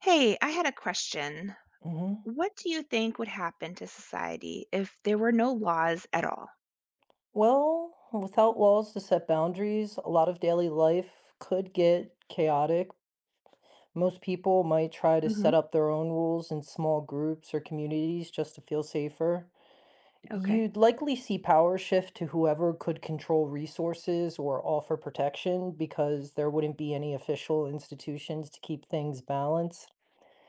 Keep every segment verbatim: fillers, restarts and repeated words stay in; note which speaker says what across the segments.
Speaker 1: Hey, I had a question.
Speaker 2: Hmm.
Speaker 1: What do you think would happen to society if there were no laws at all?
Speaker 2: Well, without walls to set boundaries, a lot of daily life could get chaotic. Most people might try to
Speaker 1: Hmm.
Speaker 2: set up their own rules in small groups or communities just to feel safer.
Speaker 1: Okay.
Speaker 2: You'd likely see power shift to whoever could control resources or offer protection because there wouldn't be any official institutions to keep things balanced.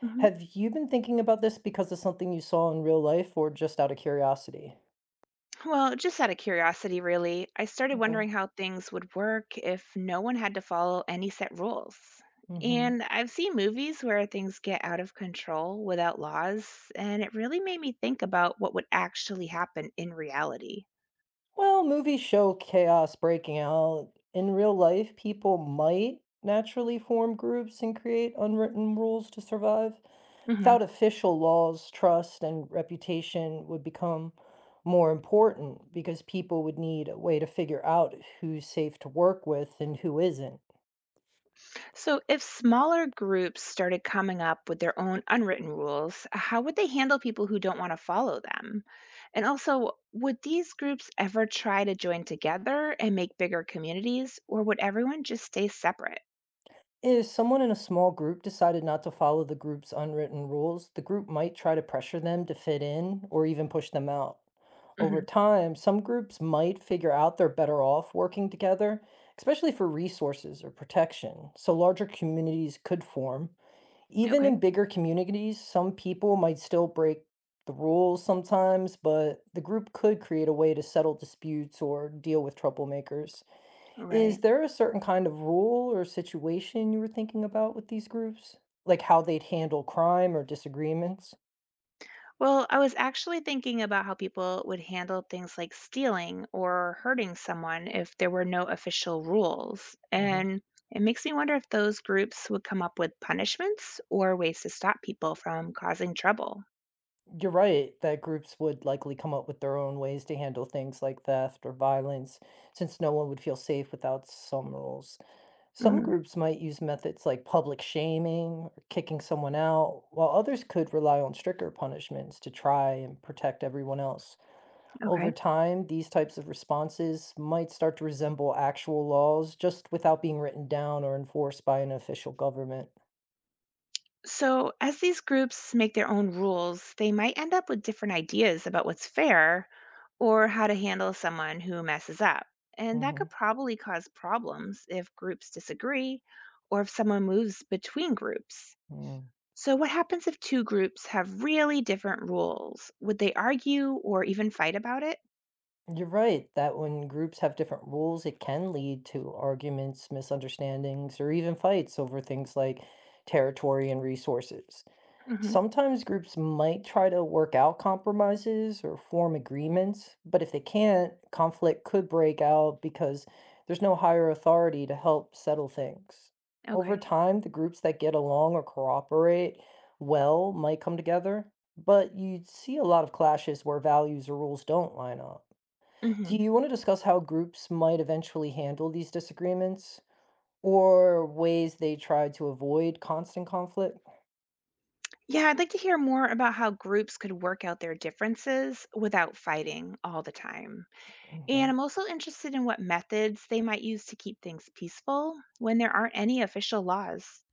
Speaker 1: Hmm.
Speaker 2: Have you been thinking about this because of something you saw in real life or just out of curiosity?
Speaker 1: Well, just out of curiosity, really, I started
Speaker 2: Okay.
Speaker 1: wondering how things would work if no one had to follow any set rules.
Speaker 2: Mm-hmm.
Speaker 1: And I've seen movies where things get out of control without laws, and it really made me think about what would actually happen in reality.
Speaker 2: Well, movies show chaos breaking out. In real life, people might naturally form groups and create unwritten rules to survive. Without official laws, trust and reputation would become more important because people would need a way to figure out who's safe to work with and who isn't.
Speaker 1: So, if smaller groups started coming up with their own unwritten rules, how would they handle people who don't want to follow them? And also, would these groups ever try to join together and make bigger communities, or would everyone just stay separate?
Speaker 2: If someone in a small group decided not to follow the group's unwritten rules, the group might try to pressure them to fit in or even push them out. Over
Speaker 1: Hmm.
Speaker 2: time, some groups might figure out they're better off working together, especially for resources or protection, so larger communities could form. Even
Speaker 1: Okay,
Speaker 2: in bigger communities, some people might still break the rules sometimes, but the group could create a way to settle disputes or deal with troublemakers. Is
Speaker 1: right.
Speaker 2: there a certain kind of rule or situation you were thinking about with these groups? Like how they'd handle crime or disagreements?
Speaker 1: Well, I was actually thinking about how people would handle things like stealing or hurting someone if there were no official rules.
Speaker 2: Hmm.
Speaker 1: And it makes me wonder if those groups would come up with punishments or ways to stop people from causing trouble.
Speaker 2: You're right that groups would likely come up with their own ways to handle things like theft or violence, since no one would feel safe without some rules. Some
Speaker 1: Hmm.
Speaker 2: groups might use methods like public shaming or kicking someone out, while others could rely on stricter punishments to try and protect everyone else. Over
Speaker 1: Okay.
Speaker 2: time, these types of responses might start to resemble actual laws just without being written down or enforced by an official government.
Speaker 1: So, as these groups make their own rules, they might end up with different ideas about what's fair or how to handle someone who messes up. And that
Speaker 2: Hmm.
Speaker 1: could probably cause problems if groups disagree or if someone moves between groups.
Speaker 2: You're
Speaker 1: So, what happens if two groups have really different rules? Would they argue or even fight about it?
Speaker 2: right that when groups have different rules, it can lead to arguments, misunderstandings, or even fights over things like territory and resources.
Speaker 1: Hmm.
Speaker 2: Sometimes groups might try to work out compromises or form agreements, but if they can't, conflict could break out because there's no higher authority to help settle things. Over
Speaker 1: Okay.
Speaker 2: time, the groups that get along or cooperate well might come together, but you'd see a lot of clashes where values or rules don't line up. Do
Speaker 1: Hmm.
Speaker 2: you want to discuss how groups might eventually handle these disagreements or ways they try to avoid constant conflict?
Speaker 1: Yeah, I'd like to hear more about how groups could work out their differences without fighting all the time.
Speaker 2: Mm, yeah.
Speaker 1: And I'm also interested in what methods they might use to keep things peaceful when there aren't any official laws.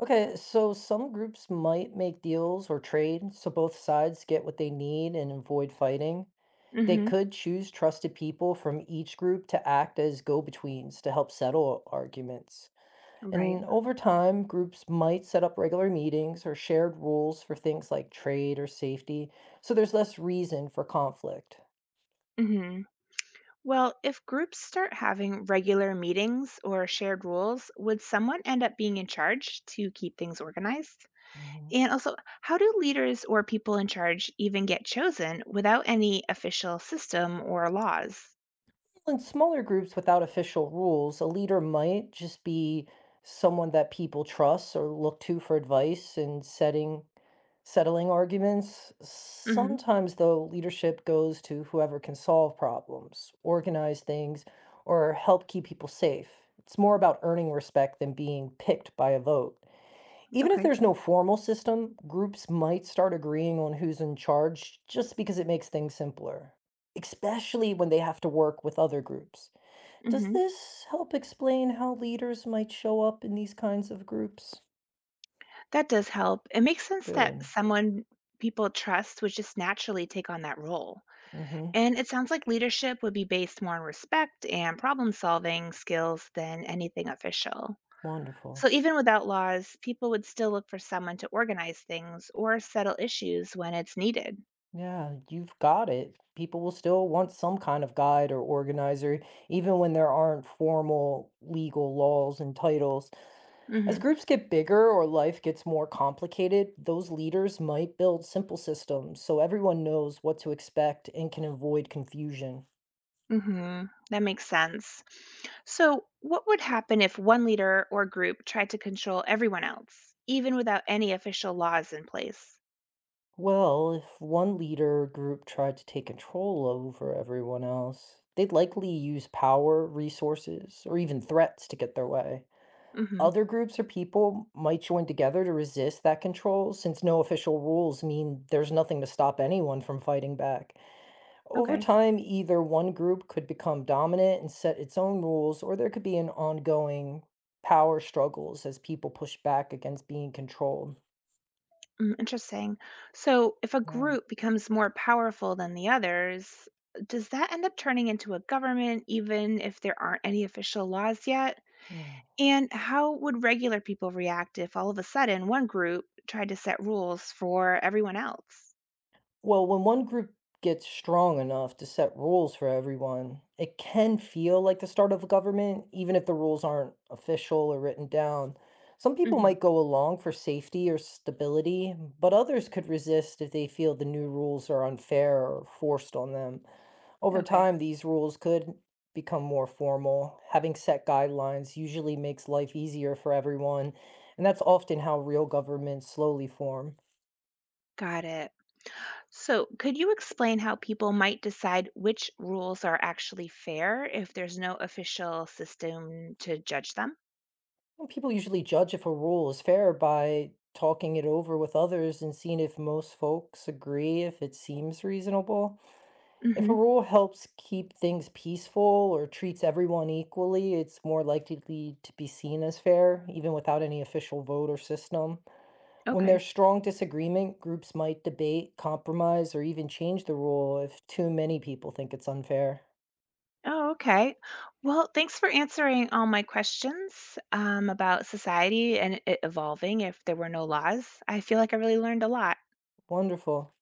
Speaker 2: Okay, so some groups might make deals or trade so both sides get what they need and avoid fighting. They
Speaker 1: Mhm.
Speaker 2: could choose trusted people from each group to act as go-betweens to help settle arguments.
Speaker 1: Right.
Speaker 2: And over time, groups might set up regular meetings or shared rules for things like trade or safety, so there's less reason for conflict.
Speaker 1: Mhm. Well, if groups start having regular meetings or shared rules, would someone end up being in charge to keep things organized? And also, how do leaders or people in charge even get chosen without any official system or laws?
Speaker 2: In smaller groups without official rules, a leader might just be someone that people trust or look to for advice in setting settling arguments.
Speaker 1: Mhm.
Speaker 2: Sometimes, though, leadership goes to whoever can solve problems, organize things, or help keep people safe. It's more about earning respect than being picked by a vote. Even if
Speaker 1: Okay.
Speaker 2: there's no formal system, groups might start agreeing on who's in charge just because it makes things simpler, especially when they have to work with other groups. Does
Speaker 1: Hmm.
Speaker 2: this help explain how leaders might show up in these kinds of groups?
Speaker 1: That does help. It makes sense that
Speaker 2: Good.
Speaker 1: someone people trust would just naturally take on that role.
Speaker 2: Mm-hmm.
Speaker 1: And it sounds like leadership would be based more on respect and problem solving skills than anything official. So
Speaker 2: Wonderful.
Speaker 1: even without laws, people would still look for someone to organize things or settle issues when it's needed.
Speaker 2: Yeah, you've got it. People will still want some kind of guide or organizer, even when there aren't formal legal laws and titles. As
Speaker 1: Hmm.
Speaker 2: groups get bigger or life gets more complicated, those leaders might build simple systems so everyone knows what to expect and can avoid confusion.
Speaker 1: Hmm. That makes sense. So what would happen if one leader or group tried to control everyone else, even without any official laws in place?
Speaker 2: Well, if one leader group tried to take control over everyone else, they'd likely use power, resources, or even threats to get their way.
Speaker 1: Hmm.
Speaker 2: Other groups or people might join together to resist that control, since no official rules mean there's nothing to stop anyone from fighting back. Over
Speaker 1: Okay.
Speaker 2: time, either one group could become dominant and set its own rules, or there could be an ongoing power struggles as people push back against being controlled.
Speaker 1: Mm, interesting. So, if a
Speaker 2: Yeah.
Speaker 1: group becomes more powerful than the others, does that end up turning into a government, even if there aren't any official laws yet?
Speaker 2: Mm.
Speaker 1: And how would regular people react if all of a sudden one group tried to set rules for everyone else?
Speaker 2: Well, when one group gets strong enough to set rules for everyone, it can feel like the start of a government, even if the rules aren't official or written down. Some people
Speaker 1: Hmm.
Speaker 2: might go along for safety or stability, but others could resist if they feel the new rules are unfair or forced on them. Over
Speaker 1: Okay,
Speaker 2: time, these rules could become more formal. Having set guidelines usually makes life easier for everyone, and that's often how real governments slowly form.
Speaker 1: got it. So, could you explain how people might decide which rules are actually fair if there's no official system to judge them?
Speaker 2: Well, people usually judge if a rule is fair by talking it over with others and seeing if most folks agree, if it seems reasonable. If a
Speaker 1: Hmm.
Speaker 2: rule helps keep things peaceful or treats everyone equally, it's more likely to be seen as fair, even without any official vote or system. When
Speaker 1: Okay.
Speaker 2: there's strong disagreement, groups might debate, compromise, or even change the rule if too many people think it's unfair.
Speaker 1: Oh, okay. Well, thanks for answering all my questions um, about society and it evolving if there were no laws. I feel like I really learned a lot.
Speaker 2: Wonderful.